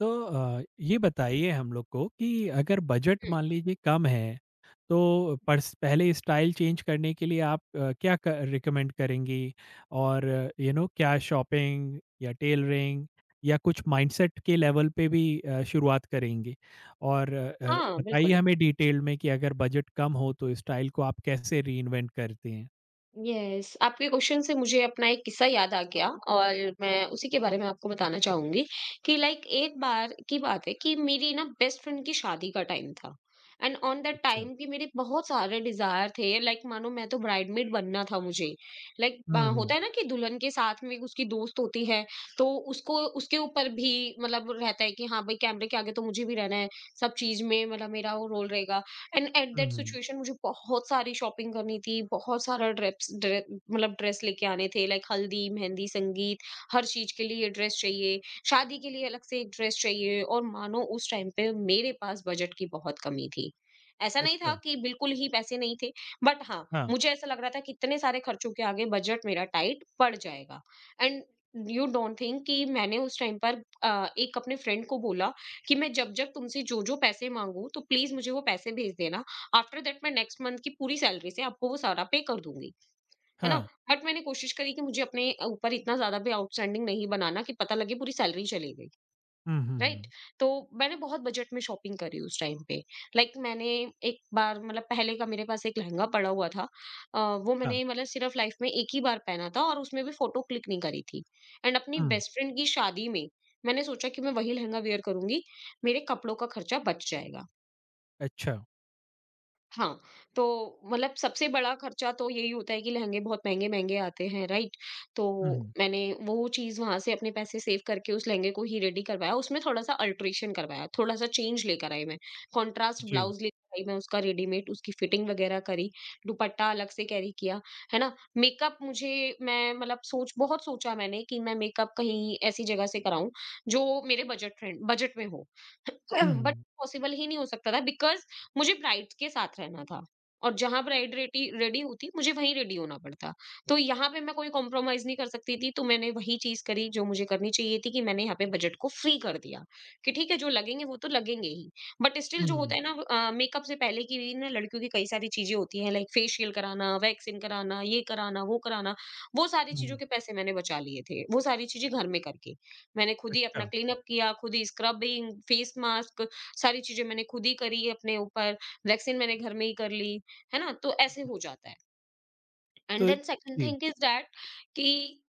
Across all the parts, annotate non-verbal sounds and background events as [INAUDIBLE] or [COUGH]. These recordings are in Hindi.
तो ये बताइए हम लोग को कि अगर बजट मान लीजिए कम है, तो पर्स पहले स्टाइल चेंज करने के लिए आप क्या क रिकमेंड करेंगी? और यू नो क्या शॉपिंग या टेलरिंग या कुछ माइंडसेट के लेवल पे भी शुरुआत करेंगी? और हाँ, बताइए बिल्कुल। हमें डिटेल में कि अगर बजट कम हो तो स्टाइल को आप कैसे रीइन्वेंट करती हैं? यस, आपके क्वेश्चन से मुझे अपना एक किस्सा याद आ गया और मैं उसी के बारे में आपको बताना चाहूँगी कि लाइक एक बार की बात है कि मेरी ना बेस्ट फ्रेंड की शादी का टाइम था। एंड ऑन दैट अच्छा। टाइम कि मेरे बहुत सारे डिज़ायर थे लाइक मानो मैं तो ब्राइडमेड बनना था मुझे। लाइक हुँ, हुँ। होता है ना कि दुल्हन के साथ में उसकी दोस्त होती है, तो उसको उसके ऊपर भी मतलब रहता है कि हाँ, भाई कैमरे के आगे तो मुझे भी रहना है, सब चीज़ में मतलब मेरा वो रोल रहेगा। And at hmm, that hmm. Situation मुझे बहुत सारी शॉपिंग करनी थी, बहुत सारा मतलब ड्रेस लेके आने थे लाइक हल्दी मेहंदी संगीत, हर चीज के लिए ड्रेस चाहिए, शादी के लिए अलग से एक ड्रेस चाहिए। और मानो उस टाइम पे मेरे पास बजट की बहुत कमी थी। ऐसा नहीं था अच्छा। कि बिल्कुल ही पैसे नहीं थे, बट हाँ हाँ, मुझे ऐसा लग रहा था कि इतने सारे खर्चों के आगे बजट मेरा टाइट पड़ जाएगा। एंड यू डोंट थिंक कि मैंने उस टाइम पर एक अपने फ्रेंड को बोला कि मैं जब-जब तुमसे जो-जो पैसे माँगूँ, तो प्लीज़ मुझे वो पैसे भेज देना। आफ्टर दैट मैं नेक्स्ट मंथ की पूरी सैलरी से आपको वो सारा पे कर दूँगी। है ना? हाँ। बट मैंने कोशिश करी कि मुझे अपने ऊपर इतना ज़्यादा भी आउटस्टैंडिंग नहीं बनाना कि पता लगे पूरी सैलरी चली गई। हुँ, हुँ, राइट, हुँ। तो मैंने बहुत बजट में शॉपिंग करी उस टाइम पे। लाइक मैंने एक बार मतलब पहले का मेरे पास एक लहंगा पड़ा हुआ था। अ, वो हाँ। मैंने मतलब सिर्फ लाइफ में एक ही बार पहना था और उसमें भी फोटो क्लिक नहीं करी थी। एंड अपनी हुँ। बेस्ट फ्रेंड की शादी में मैंने सोचा कि मैं वही लहंगा वेयर करूंगी, मेरे कपड़ों का खर्चा बच जाएगा। अच्छा। हाँ, तो मतलब सबसे बड़ा खर्चा तो यही होता है कि लहंगे बहुत महँगे-महँगे आते हैं, राइट? तो हुँ, हुँ। मैंने वो चीज़ वहाँ से अपने पैसे सेव करके उस लहंगे को ही रेडी करवाया, उसमें थोड़ा-सा अल्टरेशन करवाया, थोड़ा-सा चेंज लेकर आई मैं, कॉन्ट्रास्ट जी। ब्लाउज़ लेकर आई मैं उसका रेडीमेड, उसकी फिटिंग वगैरह करी, दुपट्टा अलग से कैरी किया, है ना? मेकअप मुझे मैं मतलब सोच बहुत सोचा मैंने कि मैं मेकअप कहीं ऐसी जगह से कराऊँ, जो मेरे बजट में हो। [CLEARS THROAT] हुँ, बट हुँ। पॉसिबल ही नहीं हो सकता था बिकॉज़ मुझे ब्राइड के साथ रहना था और जहाँ ब्राइड रेडी रेडी होती मुझे वहीं रेडी होना पड़ता। तो यहाँ पे मैं कोई कॉम्प्रोमाइज़ नहीं कर सकती थी, तो मैंने वही चीज़ करी जो मुझे करनी चाहिए थी कि मैंने यहाँ पे बजट को फ्री कर दिया कि ठीक है, जो लगेंगे वो तो लगेंगे ही। बट स्टिल हुँ, जो होता हुँ, है ना, मेकअप से पहले की भी ना लड़कियों की कई सारी चीज़ें होती हैं लाइक फेशियल कराना, वैक्सिंग कराना, ये कराना। वो सारी हुँ, चीज़ों हुँ। के पैसे मैंने बचा लिए थे। वो सारी चीज़ें घर में करके। मैंने खुद ही अच्छा, अपना क्लीनअप किया, खुद ही स्क्रबिंग, फेस मास्क, सारी चीज़ें मैंने खुद ही करी अपने ऊपर, वैक्सीन मैंने घर में ही कर ली, है ना? तो ऐसे हो जाता है। एंड तो देन सेकंड जी। थिंग इज़ दैट कि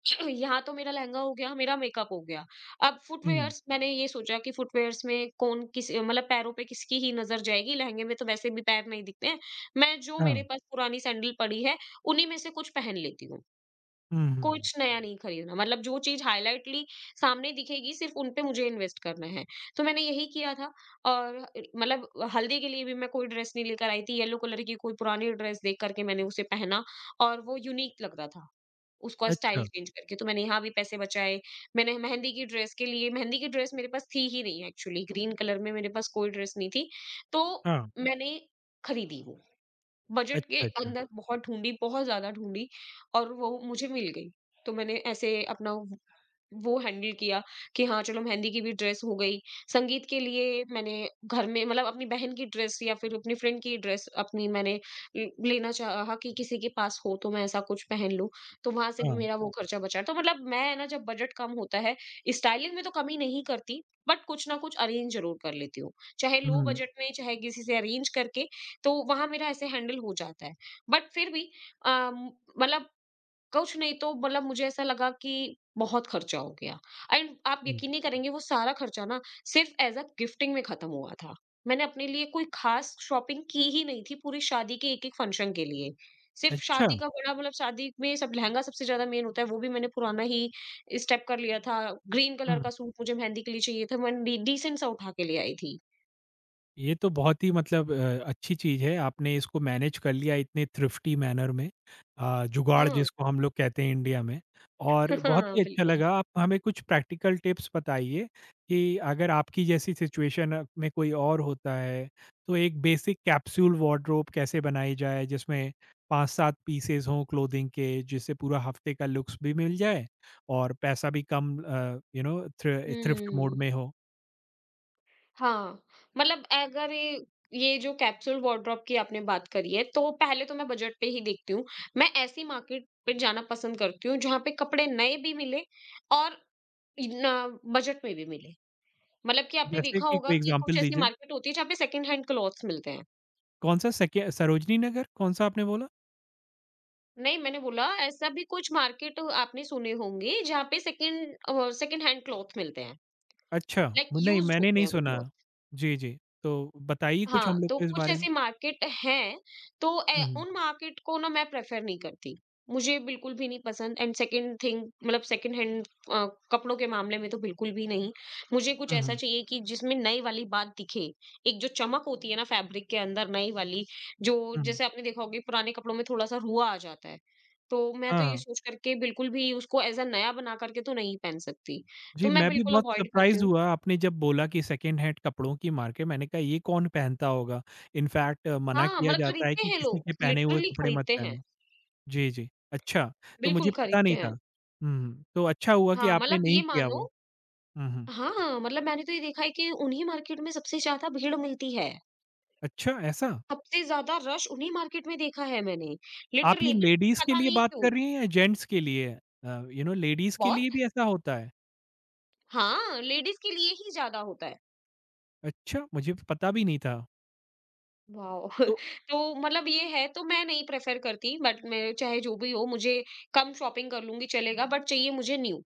[CLEARS THROAT] यहाँ तो मेरा लहंगा हो गया, मेरा मेकअप हो गया। अब हुँ, फुटवियर्स मैंने ये सोचा कि फुटवियर्स में कौन किस मतलब पैरों पे किसकी ही नज़र जाएगी, लहंगे में तो वैसे भी पैर नहीं दिखते हैं। मैं जो मेरे हाँ। पास पुरानी सैंडल पड़ी है, उन्हीं में से कुछ पहन लेती हूँ। हुँ, हुँ। कुछ नया नहीं खरीदना, मतलब जो चीज़ हाइलाइटली सामने दिखेगी सिर्फ उन पे मुझे इन्वेस्ट करना है। तो मैंने यही किया था। और मतलब हल्दी के लिए भी मैं कोई ड्रेस नहीं लेकर आई थी, येलो कलर की कोई पुरानी ड्रेस देख कर के मैंने उसे पहना और वो यूनीक लग रहा था, उसका स्टाइल अच्छा, चेंज करके। तो मैंने यहाँ भी पैसे बचाए। मैंने मेहंदी की ड्रेस के लिए, मेहंदी की ड्रेस मेरे पास थी ही नहीं एक्चुअली, ग्रीन कलर में मेरे पास कोई ड्रेस नहीं थी, तो हाँ। मैंने खरीदी वो। बजट के अच्छा, अच्छा। अंदर बहुत ढूँढी, बहुत ज़्यादा ढूँढी और वो मुझे मिल गई। तो मैंने ऐसे अपना वो हैंडल किया कि हाँ चलो मेहंदी की भी ड्रेस हो गई। संगीत के लिए मैंने घर में मतलब अपनी बहन की ड्रेस या फिर अपनी फ्रेंड की ड्रेस अपनी मैंने लेना चाहा कि किसी के पास हो तो मैं ऐसा कुछ पहन लूं। तो वहां से भी हाँ। मेरा वो खर्चा बचा। तो मतलब मैं है ना, जब बजट कम होता है स्टाइलिंग में तो कमी नहीं करती, बट कुछ ना कुछ अरेंज जरूर कर लेती हूँ, चाहे लो हुँ, बजट में चाहे किसी से अरेंज करके। तो वहां मेरा ऐसे हैंडल हो जाता है। बट फिर भी अम, मतलब कुछ नहीं तो मतलब मुझे ऐसा लगा कि बहुत खर्चा हो गया। एंड आप हुँ। यकीन नहीं करेंगे, वो सारा खर्चा ना सिर्फ एज अ गिफ्टिंग में खत्म हुआ था। मैंने अपने लिए कोई खास शॉपिंग की ही नहीं थी पूरी शादी के एक एक फंक्शन के लिए। सिर्फ अच्छा! शादी का बड़ा मतलब शादी में सब लहंगा सबसे ज्यादा मेन होता है, वो भी मैंने पुराना ही स्टेप कर लिया था। ग्रीन कलर हुँ। का सूट मुझे मेहंदी के लिए चाहिए था, मैं डिसेंट सा उठा के ले आई थी। ये तो बहुत ही मतलब अच्छी चीज़ है, आपने इसको मैनेज कर लिया इतने थ्रिफ्टी मैनर में। जुगाड़ हाँ। जिसको हम लोग कहते हैं इंडिया में। और [LAUGHS] बहुत हाँ ही अच्छा बिल्कुल। लगा। आप हमें कुछ प्रैक्टिकल टिप्स बताइए कि अगर आपकी जैसी सिचुएशन में कोई और होता है, तो एक बेसिक कैप्सूल वार्डरोब कैसे बनाई जाए जिसमें 5-7 पीसेज़ हों क्लोथिंग के, जिससे पूरा हफ्ते का लुक्स भी मिल जाए और पैसा भी कम यू नो थ्रिफ्ट मोड हम्म। में हो? हाँ, मतलब अगर ये ये जो कैप्सूल वार्डरोब की आपने बात करी है, तो पहले तो मैं बजट पे ही देखती हूँ। मैं ऐसी मार्केट पे जाना पसंद करती हूँ, जहाँ पे कपड़े नए भी मिले और न बजट में भी मिले। मतलब कि आपने जैसे देखा कि होगा कोई कि कुछ एग्ज़ाम्पल ऐसी दीजिए। मार्केट होती है, जहाँ पे सेकंड हैंड क्लॉथ्स मिलते हैं। कौन-सा सके सरोजनी नगर? कौन-सा आपने बोला? नहीं, मैंने बोला ऐसा भी कुछ मार्केट आपने सुने होंगे, जहाँ पे सेकंड हैंड क्लॉथ मिलते हैं, अच्छा, लाइक नहीं यूज्ड मैंने होते नहीं हैं वो सुना। क्लॉथ। जी, जी। तो बताइए कुछ हाँ, हम लोग तो को इस कुछ बारे में। ऐसी मार्केट हैं, तो हुँ, ए हुँ। उन मार्केट को ना मैं प्रेफ़र नहीं करती। मुझे बिल्कुल भी नहीं पसंद। एंड सेकंड थिंग मतलब सेकंड हैंड कपड़ों के मामले में तो बिल्कुल भी नहीं। मुझे कुछ हुँ, ऐसा हुँ। चाहिए कि जिसमें नई वाली बात दिखे। एक जो चमक होती है ना फैब्रिक के अंदर नई वाली, जो हुँ, हुँ। जैसे आपने देखा होगा कि पुराने कपड़ों में थोड़ा-सा रुआ आ जाता है। तो मैं हाँ, तो ये हाँ। सोच करके बिल्कुल भी उसको ऐज़ अ नया बना करके तो नहीं पहन सकती। जी, तो मैं मैं भी बिल्कुल बहुत अवॉइड करती सरप्राइज़ हूँ। हुआ आपने जब बोला कि सेकंड हैंड कपड़ों की मार्केट, मैंने कहा ये कौन पहनता होगा? इनफैक्ट मना हाँ, किया मतलब जाता है खरीदते कि हैं किसी लोग, के पहने हुए लिटरली कपड़े मत खरीदते हैं। पहनो। जी, जी। अच्छा, तो मुझे बिल्कुल पता खरीदते नहीं था। हैं। हुँ, हुँ। तो अच्छा हुआ कि हाँ, आपने मतलब नहीं ये किया मानो वो। हुँ, हुँ। हाँ, मतलब मैंने तो ये देखा है कि उन्हीं मार्केट में सबसे ज़्यादा भीड़ मिलती है। अच्छा, ऐसा? सबसे ज़्यादा रश उन्हीं मार्केट में देखा है मैंने, आप ये लिटरली। बट लेडीज़ के पता लिए नहीं बात क्यों। कर रही हैं या जेंट्स के लिए? यू नो लेडीज़ के बहुत लिए भी ऐसा होता है? हाँ, लेडीज़ के लिए ही ज़्यादा होता है। अच्छा, मुझे पता भी नहीं था। वॉव! [LAUGHS] तो तो मतलब ये है तो मैं नहीं प्रेफ़र करती बट मैं चाहे जो भी हो मुझे कम शॉपिंग कर लूँगी चलेगा बट चाहिए मुझे न्यू।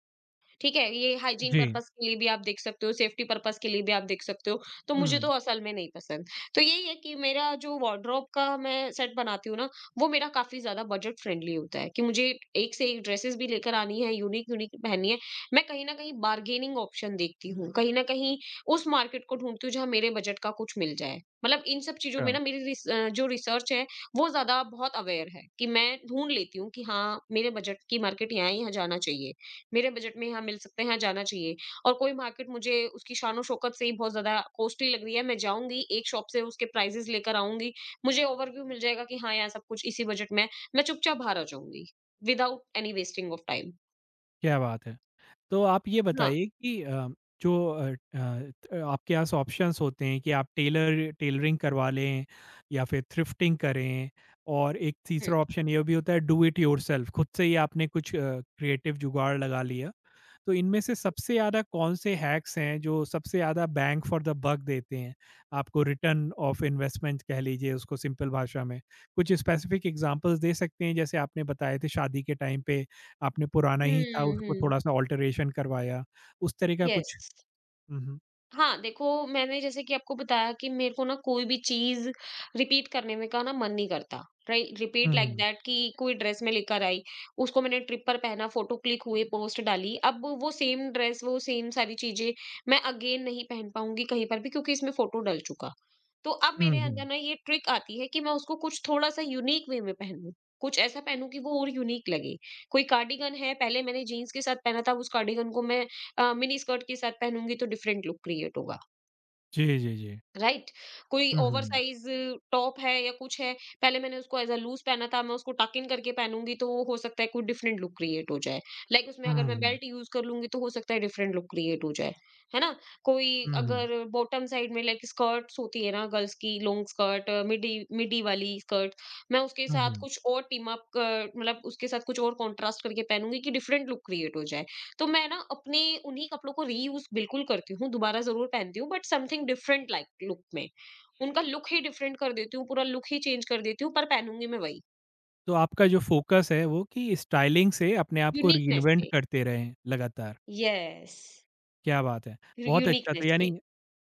ठीक है? ये हाइजीन जी, पर्पज़ के लिए भी आप देख सकते हो, सेफ्टी पर्पज़ के लिए भी आप देख सकते हो, तो मुझे तो हुँ, असल में नहीं पसंद। तो यही है कि मेरा जो वार्डरोब का मैं सेट बनाती हूँ ना, वो मेरा काफ़ी ज़्यादा बजट फ्रेंडली होता है कि मुझे एक से एक ड्रेसेस भी लेकर आनी है, यूनिक-यूनिक पहननी है। मैं कहीं न कहीं बार्गेनिंग ऑप्शन देखती हूँ, कहीं न कहीं उस मार्केट को ढूँढती हूँ जहाँ मेरे बजट का कुछ मिल जाए। मतलब इन सब चीज़ों में अच्छा, ना मेरी जो रिसर्च है, वो ज़्यादा बहुत अवेयर है कि मैं ढूँढ लेती हूँ कि हाँ, मेरे बजट की मार्केट यहाँ है, यहाँ जाना चाहिए। मेरे बजट में यहाँ मिल सकते हैं, यहाँ जाना चाहिए। और कोई मार्केट मुझे उसकी शान-ओ-शौकत से ही बहुत ज़्यादा कॉस्टली लग रही है, मैं जाऊँगी, एक शॉप से उसके प्राइसेज़ लेकर आऊँगी, मुझे ओवरव्यू मिल जाएगा कि हाँ, यहाँ सब कुछ इसी बजट में है, मैं चुपचाप बाहर आ जाऊँगी, without any wasting of time. क्या बात है। तो आप ये है ना? बताइए कि जो आपके पास ऑप्शंस होते हैं कि आप टेलरिंग करवा लें या फिर थ्रिफ्टिंग करें, और एक हुँ। तीसरा ऑप्शन ये भी होता है, डू इट योरसेल्फ खुद से ही आपने कुछ क्रिएटिव जुगाड़ लगा लिया। तो इनमें से सबसे ज़्यादा कौन से हैक्स हैं जो सबसे ज़्यादा बैंग फॉर द बक देते हैं? आपको रिटर्न ऑफ इन्वेस्टमेंट कह लीजिए उसको सिंपल भाषा में। कुछ स्पेसिफिक एग्जांपल्स दे सकते हैं, जैसे आपने बताए थे शादी के टाइम पे आपने पुराना ही था, हुँ, उसको हुँ। थोड़ा सा ऑल्टरेशन करवाया, उस तरह का कुछ? यस। हुँ, हुँ, हाँ, देखो मैंने जैसे कि आपको बताया कि मेरे को ना कोई भी चीज़ रिपीट करने में का ना मन नहीं करता, right? Repeat like hmm, that कि कोई ड्रेस मैं लेकर आई, उसको मैंने ट्रिप पर पहना, फ़ोटो क्लिक हुए, पोस्ट डाली। अब वो सेम ड्रेस, वो सेम सारी चीज़ें मैं अगेन नहीं पहन पाऊँगी कहीं पर भी क्योंकि इसमें फ़ोटो डल चुका। तो अब मेरे अंदर हुँ। ना ये ट्रिक आती है कि मैं उसको कुछ थोड़ा-सा यूनीक वे में पहनूँ, कुछ ऐसा पहनूँ कि वो और यूनीक लगे। कोई कार्डिगन है, पहले मैंने जीन्स के साथ पहना था, उस कार्डिगन को मैं मिनी स्कर्ट के साथ पहनूंगी तो डिफरेंट लुक क्रिएट होगा। जी, जी, जी। राइट। कोई हुँ, ओवर हुँ, साइज टॉप है या कुछ है, पहले मैंने उसको एज अ लूज पहना था, मैं उसको टक इन करके पहनूंगी तो वो हो सकता है कोई डिफरेंट लुक क्रिएट हो जाए। लाइक उसमें हुँ, अगर मैं हुँ, बेल्ट यूज कर लूंगी तो हो सकता है डिफरेंट लुक क्रिएट हो जाए। है ना? कोई, हुँ, हुँ, अगर बॉटम साइड में लाइक स्कर्ट्स होती है ना, गर्ल्स की लॉन्ग स्कर्ट, मिडी मिडी वाली स्कर्ट, मैं उसके हुँ, साथ हुँ। कुछ और टीम अप, मतलब उसके साथ कुछ और कॉन्ट्रास्ट करके पहनूंगी कि डिफरेंट लुक क्रिएट हो जाए। तो मैं ना अपने उन्हीं कपड़ों को रीयूज बिल्कुल करती हूँ, दोबारा ज़रूर पहनती हूँ but something different like look में। उनका लुक ही डिफरेंट कर देती हूँ, पूरा लुक ही चेंज कर देती हूँ पर पहनूँगी मैं वही, तो आपका जो फोकस है वो कि स्टाइलिंग से अपने आप को यूनिकनेस रीइन्वेंट पे। करते रहें लगातार, यस, क्या बात है! यू बहुत अच्छा। तो यूनिकनेस यानी पे।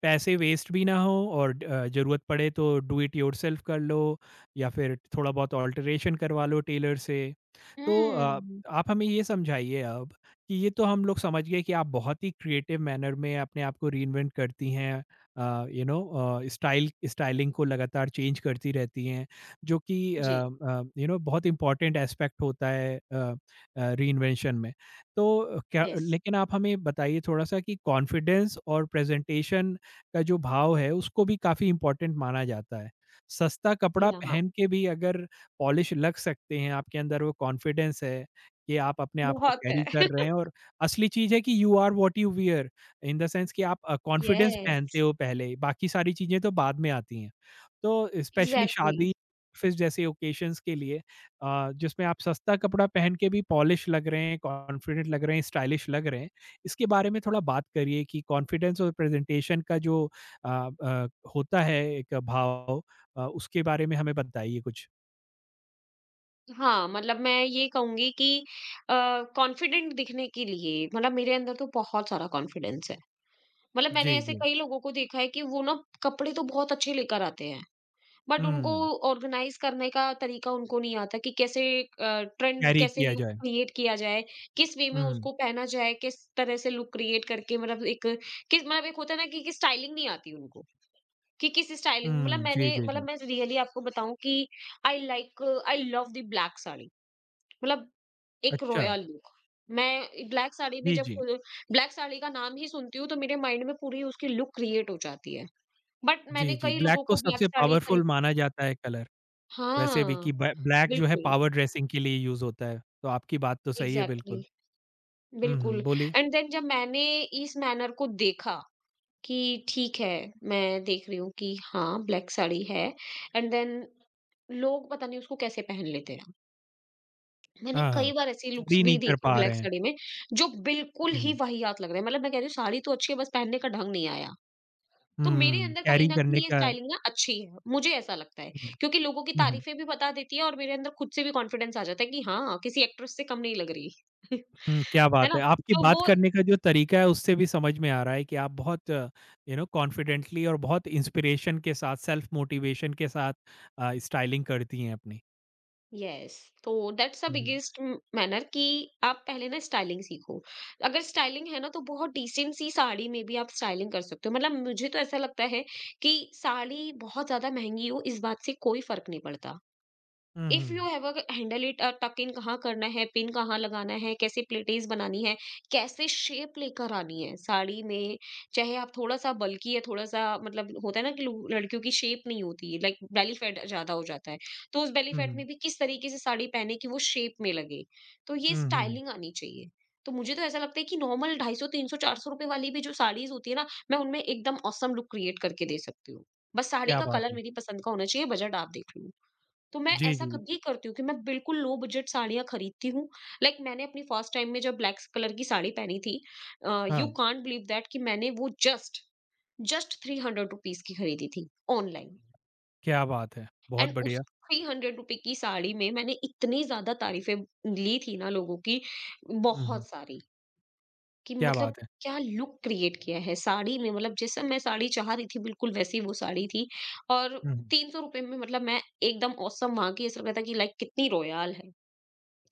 पैसे वेस्ट भी ना हो और ज़रूरत पड़े तो डू इट योरसेल्फ कर लो या फिर थोड़ा बहुत ऑल्टरेशन करवा लो टेलर से। तो हुँ, आप हमें ये समझाइए अब कि ये तो हम लोग समझ गए कि आप बहुत ही क्रिएटिव मैनर में अपने आप को रीइन्वेंट करती हैं, यू नो स्टाइलिंग को लगातार चेंज करती रहती हैं, जो कि जी, यू नो बहुत इंपॉर्टेंट एस्पेक्ट होता है रीइन्वेंशन में। तो क्या यस। लेकिन आप हमें बताइए थोड़ा-सा कि कॉन्फिडेंस और प्रेजेंटेशन का जो भाव है, उसको भी काफ़ी इंपॉर्टेंट माना जाता है। सस्ता कपड़ा यहाँ पहन के भी अगर पॉलिश लग सकते हैं, आपके अंदर वो कॉन्फिडेंस है कि आप अपने आप को बहुत कैरी है। कर रहे [LAUGHS] हैं, और असली चीज़ है कि you are what you wear. In the sense कि आप कॉन्फिडेंस पहनते यस, हो पहले, बाकी सारी चीज़ें तो बाद में आती हैं। तो स्पेशली एग्ज़ैक्टली। शादी, ऑफिस जैसे ओकेशंस के लिए जिसमें आप सस्ता कपड़ा पहन के भी पॉलिश लग रहे हैं, कॉन्फिडेंट लग रहे हैं, स्टाइलिश लग रहे हैं, इसके बारे में थोड़ा बात करिए कि कॉन्फिडेंस और प्रेज़ेंटेशन का जो अ अ, होता है एक भाव, उसके बारे में हमें बताइए कुछ। हाँ, मतलब मैं ये कहूँगी कि अ, कॉन्फिडेंट दिखने के लिए मतलब मेरे अंदर तो बहुत सारा कॉन्फिडेंस है। मतलब मैंने जी, ऐसे जी। कई लोगों को देखा है कि वो ना कपड़े तो बहुत अच्छे लेकर आते हैं बट उनको हुँ, ऑर्गेनाइज करने का तरीका उनको नहीं आता कि कैसे ट्रेंड, कैरी कैसे किया लुक जाए। क्रिएट किया जाए, किस वे में हुँ, उसको पहना जाए, किस तरह से लुक क्रिएट करके, मतलब एक किस मतलब, एक होता है ना कि स्टाइलिंग नहीं आती उनको कि किस स्टाइलिंग, मतलब हुँ, जी, मैंने जी, मतलब जी। मैं रियली आपको बताऊं कि I like I love the black sari, मतलब एक अच्छा, रॉयल लुक। मैं ब्लैक साड़ी में जी, जब जी। फुल ब्लैक साड़ी का नाम ही सुनती हूँ तो मेरे माइंड में पूरी उसकी लुक क्रिएट हो जाती है। बट मैंने जी, जी, कई ब्लैक लोगों को को ब्लैक सबसे साड़ी पावरफुल खरीद। माना जाता है कलर, वैसे भी हाँ, कि ब ब्लैक जो है बिल्कुल, पावर ड्रेसिंग के लिए यूज़ होता है, तो आपकी बात तो सही है एग्ज़ैक्टली, बिल्कुल। हुँ, हुँ, बिल्कुल। बोलिए। एंड देन जब मैंने इस मैनर को देखा कि ठीक है, मैं देख रही हूँ कि हाँ, ब्लैक साड़ी है, एंड देन लोग पता नहीं उसको कैसे पहन लेते हैं। मैंने हाँ, हाँ, कई बार ऐसी लुक्स कैरी नहीं भी कर देखी पा ब्लैक रहे हैं। साड़ी में जो बिल्कुल ही हुँ, वाहियात लग रहे हैं। मतलब मैं कह रही हूँ साड़ी तो अच्छी है बस पहनने का ढंग नहीं आया। तो मेरे हुँ, अंदर कहीं कैरी न करने कहीं ये का स्टाइलिंग ना अच्छी है, मुझे ऐसा लगता है, हुँ, क्योंकि लोगों की हुँ, हुँ। तारीफ़ें भी बता देती है और मेरे अंदर खुद से भी कॉन्फिडेंस आ जाता है कि हाँ, किसी एक्ट्रेस से कम नहीं लग रही। [LAUGHS] हुँ, क्या है बात ना? है! आपकी तो बात वो करने का जो तरीका है उससे भी समझ में आ रहा है कि आप बहुत यू नो कॉन्फिडेंटली और बहुत इंस्पिरेशन के साथ, सेल्फ मोटिवेशन के साथ स्टाइलिंग करती हैं अपनी। यस, तो that's a hmm, hmm. Biggest म मैनर कि आप पहले ना स्टाइलिंग सीखो। अगर स्टाइलिंग है ना तो बहुत डिसेंट सी साड़ी में भी आप स्टाइलिंग कर सकते हो। मतलब मुझे तो ऐसा लगता है कि साड़ी बहुत ज़्यादा महँगी हो इस बात से कोई फ़र्क नहीं पड़ता। हुँ, if you hmm. Have handle it, tuck in कहाँ करना है, पिन कहाँ लगाना है, कैसे प्लेटेज बनानी है, कैसे शेप लेकर आनी है साड़ी में। चाहे आप थोड़ा सा बल्की या थोड़ा सा मतलब, होता है ना कि लड़कियों की शेप नहीं होती है, लाइक बेली फैट ज्यादा हो जाता है, तो उस बेली हुँ, फैट हुँ। में भी किस तरीके से साड़ी पहने कि वो शेप में लगे, तो ये हुँ, हुँ। स्टाइलिंग आनी चाहिए। तो मुझे तो ऐसा लगता है कि नॉर्मल ढाई सौ तीन सौ चार सौ रुपए वाली भी जो साड़ीज होती है ना, मैं उनमें एकदम औसम लुक क्रिएट करके दे सकती हूँ। बस साड़ी क्या का बात कलर है! मेरी पसंद का होना चाहिए, बजट आप देख लो। तो मैं जी, ऐसा जी। कब ये करती हूँ कि मैं बिल्कुल लो बजट साड़ियाँ खरीदती हूँ। लाइक मैंने अपनी फर्स्ट टाइम में जब ब्लैक कलर की साड़ी पहनी थी, हाँ, यू कांट बिलीव दैट कि मैंने वो just just three hundred rupees की खरीदी थी ऑनलाइन। क्या बात है! बहुत एंड उस बढ़िया। 300 रुपए की साड़ी में मैंने इतनी ज़्यादा तारीफ़ें ली थी ना लोगों की, हुँ, हुँ। बहुत सारी, कि क्या मतलब बात है! क्या लुक क्रिएट किया है साड़ी में, मतलब जैसा मैं साड़ी चाह रही थी बिल्कुल वैसी वो साड़ी थी। और हुँ, हुँ। ₹300 में मतलब मैं एकदम ऑसम, वहाँ की ऐसा लग रहा था कि लाइक कितनी रॉयल है।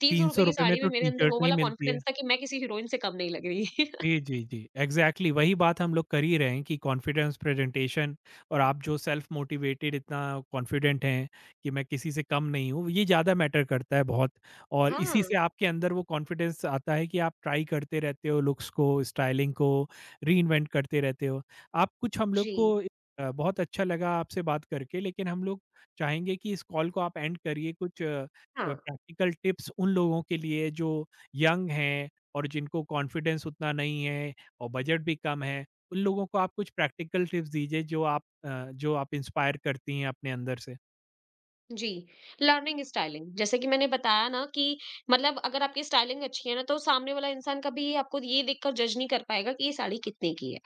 ₹300 ₹300 की में साड़ी में तो मेरे अंदर टी-शर्ट वो नहीं वाला मिलती है। कॉन्फिडेंस था कि मैं किसी हीरोइन से कम नहीं लग रही। [LAUGHS] जी, जी, जी। एग्ज़ैक्टली वही बात हम लोग कर ही रहे हैं कि कॉन्फिडेंस, प्रेज़ेंटेशन, और आप जो सेल्फ़ मोटिवेटेड इतना कॉन्फिडेंट हैं कि मैं किसी से कम नहीं हूँ, ये ज़्यादा मैटर करता है बहुत। और इसी हाँ, से आपके अंदर वो कॉन्फिडेंस आता है कि आप ट्राई करते रहते हो लुक्स को, स्टाइलिंग को, रीइन्वेंट करते रहते हो। आप कुछ हम लोग जी। को अ, बहुत अच्छा लगा आपसे बात करके, लेकिन हम लोग चाहेंगे कि इस कॉल को आप एंड करिए कुछ हाँ, प्रैक्टिकल टिप्स उन लोगों के लिए जो यंग हैं और जिनको कॉन्फिडेंस उतना नहीं है और बजट भी कम है। उन लोगों को आप कुछ प्रैक्टिकल टिप्स दीजिए जो आप इंस्पायर करती हैं अपने अंदर से। जी। लर्निंग स्टाइलिंग, जैसे कि मैंने बताया ना कि मतलब अगर आपकी स्टाइलिंग अच्छी है ना तो सामने वाला इंसान कभी ये आपको ये देखकर जज नहीं कर पाएगा कि ये साड़ी कितने की है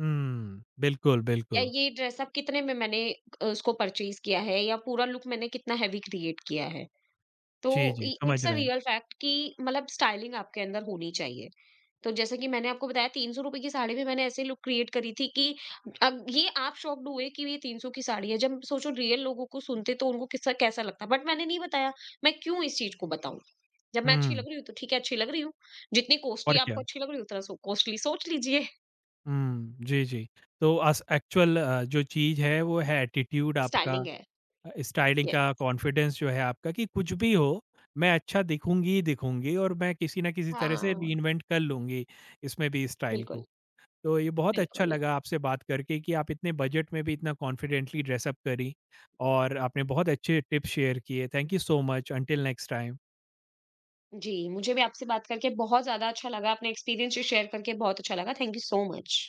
हुँ, बिल्कुल, या बिल्कुल। ये ड्रेसअप कितने में मैंने उसको परचेज़ किया है या पूरा लुक मैंने कितना हेवी क्रिएट किया है। तो जी, जी, इ समझ इट्स अ रहे हैं। रियल फैक्ट कि मतलब स्टाइलिंग आपके अंदर होनी चाहिए। तो जैसे कि मैंने आपको बताया ₹300 की साड़ी भी मैंने ऐसे लुक क्रिएट करी थी कि अब ये आप शॉक्ड हुए कि ये 300 की साड़ी है। जब सोचो रियल लोगों को सुनते तो उनको किसका कैसा लगता। बट मैंने नहीं बताया, मैं क्यों इस चीज़ को बताऊँ? जब मैं अच्छी हुँ, लग रही हूँ तो ठीक है अच्छी लग रही हूँ। जितनी कॉस्टली और क्या? आपको अच्छी लग रही है उतना सो कॉस्टली सोच लीजिए। हुँ, जी, जी। तो अस एक्चुअल जो चीज़ है वो है एटीट्यूड [LAUGHS] आपका, स्टाइलिंग है। Styling yes. का कॉन्फिडेंस जो है आपका कि कुछ भी हो, मैं अच्छा दिखूँगी ही दिखूँगी और मैं किसी न किसी तरह से हाँ, रीइन्वेंट कर लूँगी इसमें भी स्टाइल बिल्कुल, को। तो ये बहुत अच्छा बिल्कुल। लगा आपसे बात करके कि आप इतने बजट में भी इतना कॉन्फिडेंटली ड्रेसअप करी और आपने बहुत अच्छे टिप्स शेयर किए। Thank you so much, until next time. जी, मुझे भी आपसे बात करके बहुत ज़्यादा अच्छा लगा, अपना एक्सपीरियंस शेयर करके बहुत अच्छा लगा। Thank you so much.